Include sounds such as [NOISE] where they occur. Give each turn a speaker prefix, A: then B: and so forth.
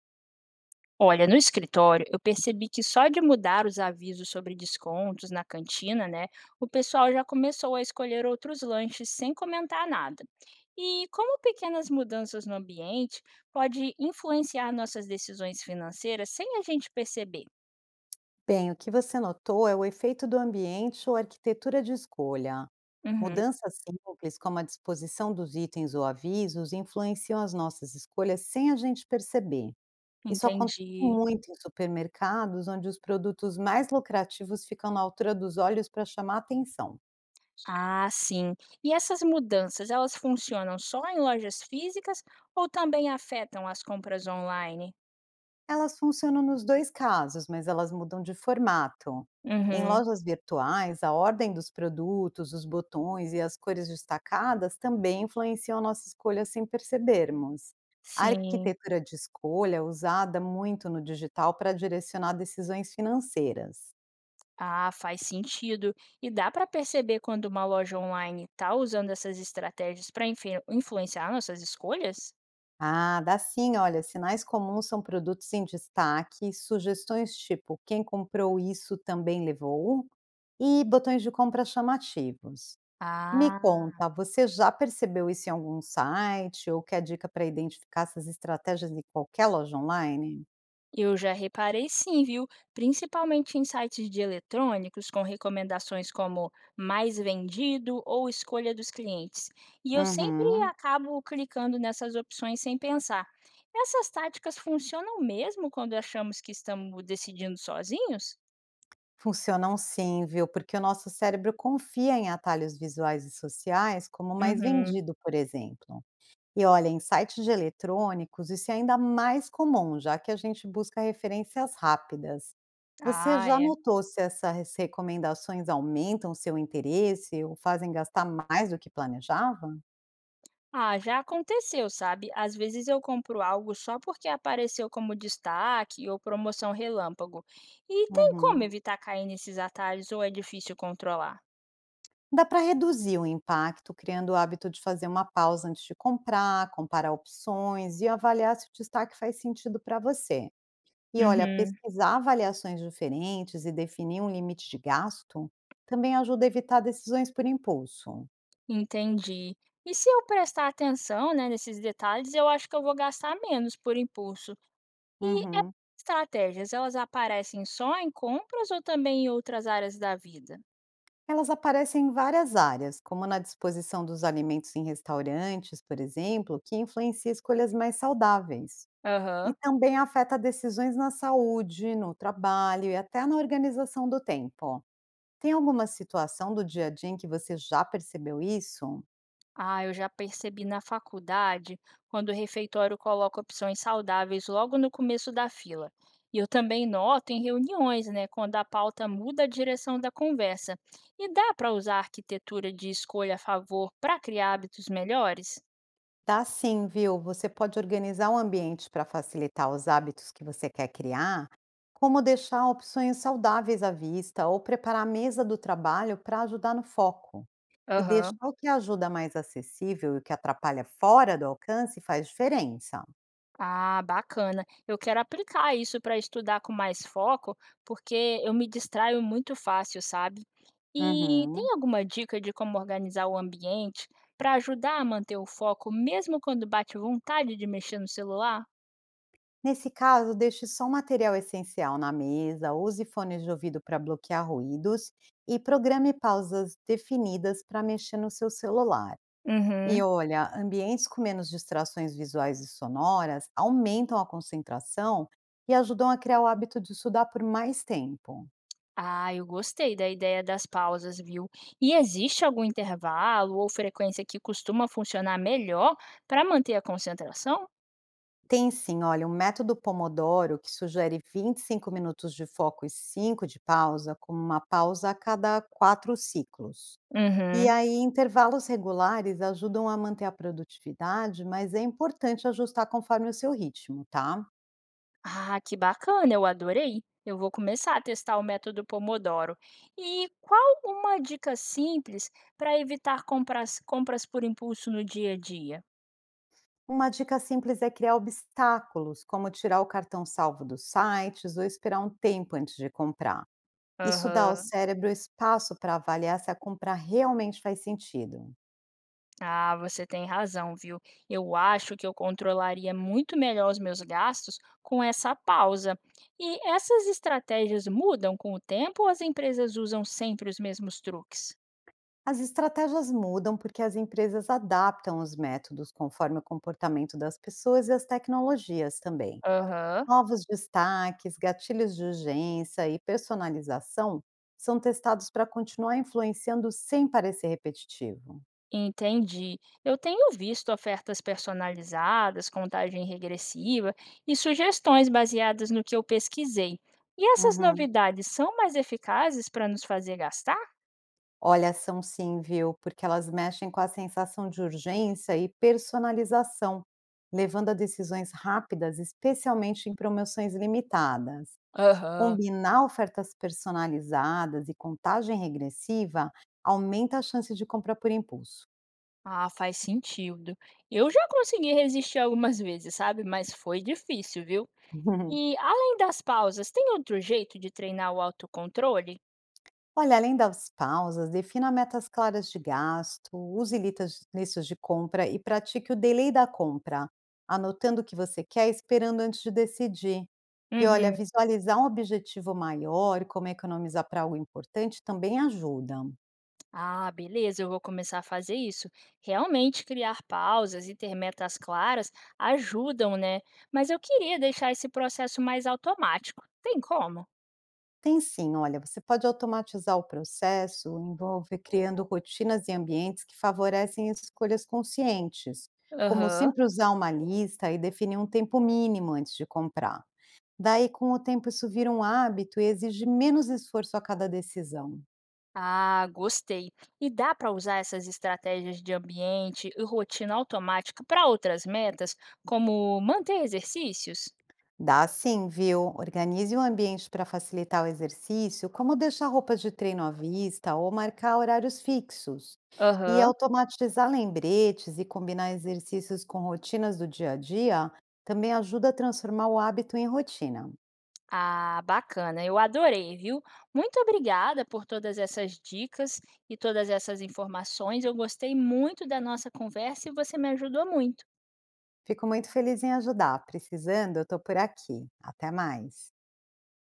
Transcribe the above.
A: Olha, no escritório, eu percebi que só de mudar os avisos sobre descontos na cantina, né, o pessoal já começou a escolher outros lanches sem comentar nada. E como pequenas mudanças no ambiente pode influenciar nossas decisões financeiras sem a gente perceber?
B: Bem, o que você notou é o efeito do ambiente ou arquitetura de escolha.
A: Uhum,
B: Mudanças simples, como a disposição dos itens ou avisos, influenciam as nossas escolhas sem a gente perceber. Isso acontece
A: entendi.
B: muito em supermercados, onde os produtos mais lucrativos ficam na altura dos olhos para chamar atenção.
A: Ah, sim. E essas mudanças, elas funcionam só em lojas físicas ou também afetam as compras online?
B: Elas funcionam nos 2 casos, mas elas mudam de formato. Em
A: Uhum,
B: lojas virtuais, a ordem dos produtos, os botões e as cores destacadas também influenciam nossa escolha sem percebermos. A
A: sim.
B: arquitetura de escolha é usada muito no digital para direcionar decisões financeiras.
A: Ah, faz sentido. E dá para perceber quando uma loja online está usando essas estratégias para influenciar nossas escolhas?
B: Ah, dá sim, olha, sinais comuns são produtos em destaque, sugestões tipo "quem comprou isso também levou" e botões de compra chamativos. Me
A: Ah,
B: conta, você já percebeu isso em algum site ou quer dica para identificar essas estratégias em qualquer loja online?
A: eu já reparei sim, viu? Principalmente em sites de eletrônicos com recomendações como mais vendido ou escolha dos clientes. E eu sempre
B: Uhum.
A: acabo clicando nessas opções sem pensar. Essas táticas funcionam mesmo quando achamos que estamos decidindo sozinhos?
B: Funcionam sim, viu? Porque o nosso cérebro confia em atalhos visuais e sociais como o mais
A: Uhum.
B: vendido, por exemplo. E olha, em sites de eletrônicos, isso é ainda mais comum, já que a gente busca referências rápidas. Você
A: Ah,
B: já
A: é.
B: notou se essas recomendações aumentam seu interesse ou fazem gastar mais do que planejava?
A: Ah, já aconteceu, sabe? Às vezes eu compro algo só porque apareceu como destaque ou promoção relâmpago. E tem como
B: Uhum.
A: evitar cair nesses atalhos ou é difícil controlar?
B: Dá para reduzir o impacto criando o hábito de fazer uma pausa antes de comprar, comparar opções e avaliar se o destaque faz sentido para você. E olha,
A: Uhum,
B: pesquisar avaliações diferentes e definir um limite de gasto também ajuda a evitar decisões por impulso.
A: entendi. E se eu prestar atenção, né, nesses detalhes, eu acho que eu vou gastar menos por impulso. E essas
B: Uhum.
A: estratégias, elas aparecem só em compras ou também em outras áreas da vida?
B: Elas aparecem em várias áreas, como na disposição dos alimentos em restaurantes, por exemplo, que influencia escolhas mais saudáveis. E
A: Aham.
B: também afeta decisões na saúde, no trabalho e até na organização do tempo. Tem alguma situação do dia a dia em que você já percebeu isso?
A: Ah, eu já percebi na faculdade, quando o refeitório coloca opções saudáveis logo no começo da fila. E eu também noto em reuniões, né, quando a pauta muda a direção da conversa. E dá para usar a arquitetura de escolha a favor para criar hábitos melhores?
B: Dá sim, viu? Você pode organizar o ambiente para facilitar os hábitos que você quer criar, como deixar opções saudáveis à vista ou preparar a mesa do trabalho para ajudar no foco. E
A: Aham.
B: deixar o que ajuda mais acessível e o que atrapalha fora do alcance faz diferença.
A: Ah, bacana. Eu quero aplicar isso para estudar com mais foco, porque eu me distraio muito fácil, sabe? E
B: Uhum.
A: tem alguma dica de como organizar o ambiente para ajudar a manter o foco, mesmo quando bate vontade de mexer no celular?
B: Nesse caso, deixe só o material essencial na mesa, use fones de ouvido para bloquear ruídos e programe pausas definidas para mexer no seu celular. E
A: Uhum.
B: olha, ambientes com menos distrações visuais e sonoras aumentam a concentração e ajudam a criar o hábito de estudar por mais tempo.
A: Ah, eu gostei da ideia das pausas, viu? E existe algum intervalo ou frequência que costuma funcionar melhor para manter a concentração?
B: Tem sim, olha, um método Pomodoro que sugere 25 minutos de foco e 5 de pausa, como uma pausa a cada quatro ciclos. E
A: Uhum.
B: aí, intervalos regulares ajudam a manter a produtividade, mas é importante ajustar conforme o seu ritmo, tá?
A: Ah, que bacana, eu adorei. Eu vou começar a testar o método Pomodoro. E qual uma dica simples para evitar compras por impulso no dia a dia?
B: Uma dica simples é criar obstáculos, como tirar o cartão salvo dos sites ou esperar um tempo antes de comprar. Isso dá ao
A: Aham.
B: cérebro espaço para avaliar se a compra realmente faz sentido.
A: Ah, você tem razão, viu? Eu acho que eu controlaria muito melhor os meus gastos com essa pausa. E essas estratégias mudam com o tempo ou as empresas usam sempre os mesmos truques?
B: As estratégias mudam porque as empresas adaptam os métodos conforme o comportamento das pessoas e as tecnologias também.
A: Aham.
B: Novos destaques, gatilhos de urgência e personalização são testados para continuar influenciando sem parecer repetitivo.
A: Entendi. Eu tenho visto ofertas personalizadas, contagem regressiva e sugestões baseadas no que eu pesquisei. E essas
B: Uhum.
A: novidades são mais eficazes para nos fazer gastar?
B: Olha, são sim, viu? Porque elas mexem com a sensação de urgência e personalização, levando a decisões rápidas, especialmente em promoções limitadas.
A: Aham.
B: Combinar ofertas personalizadas e contagem regressiva aumenta a chance de compra por impulso.
A: Ah, faz sentido. Eu já consegui resistir algumas vezes, sabe? Mas foi difícil, viu?
B: [LAUGHS]
A: E além das pausas, tem outro jeito de treinar o autocontrole?
B: Olha, além das pausas, defina metas claras de gasto, use listas de compra e pratique o delay da compra, anotando o que você quer e esperando antes de decidir. E olha,
A: Uhum.
B: visualizar um objetivo maior, como economizar para algo importante, também ajuda.
A: Ah, beleza, eu vou começar a fazer isso. Realmente criar pausas e ter metas claras ajudam, né? Mas eu queria deixar esse processo mais automático. Tem como?
B: Tem sim, olha, você pode automatizar o processo, envolve criando rotinas e ambientes que favorecem escolhas conscientes, como
A: Aham.
B: sempre usar uma lista e definir um tempo mínimo antes de comprar. Daí, com o tempo, isso vira um hábito e exige menos esforço a cada decisão.
A: Ah, gostei. E dá para usar essas estratégias de ambiente e rotina automática para outras metas, como manter exercícios?
B: Dá sim, viu? Organize o ambiente para facilitar o exercício, como deixar roupas de treino à vista ou marcar horários fixos. E
A: Aham.
B: automatizar lembretes e combinar exercícios com rotinas do dia a dia também ajuda a transformar o hábito em rotina.
A: Ah, bacana, eu adorei, viu? Muito obrigada por todas essas dicas e todas essas informações. Eu gostei muito da nossa conversa e você me ajudou muito.
B: Fico muito feliz em ajudar. Precisando, eu estou por aqui. Até mais.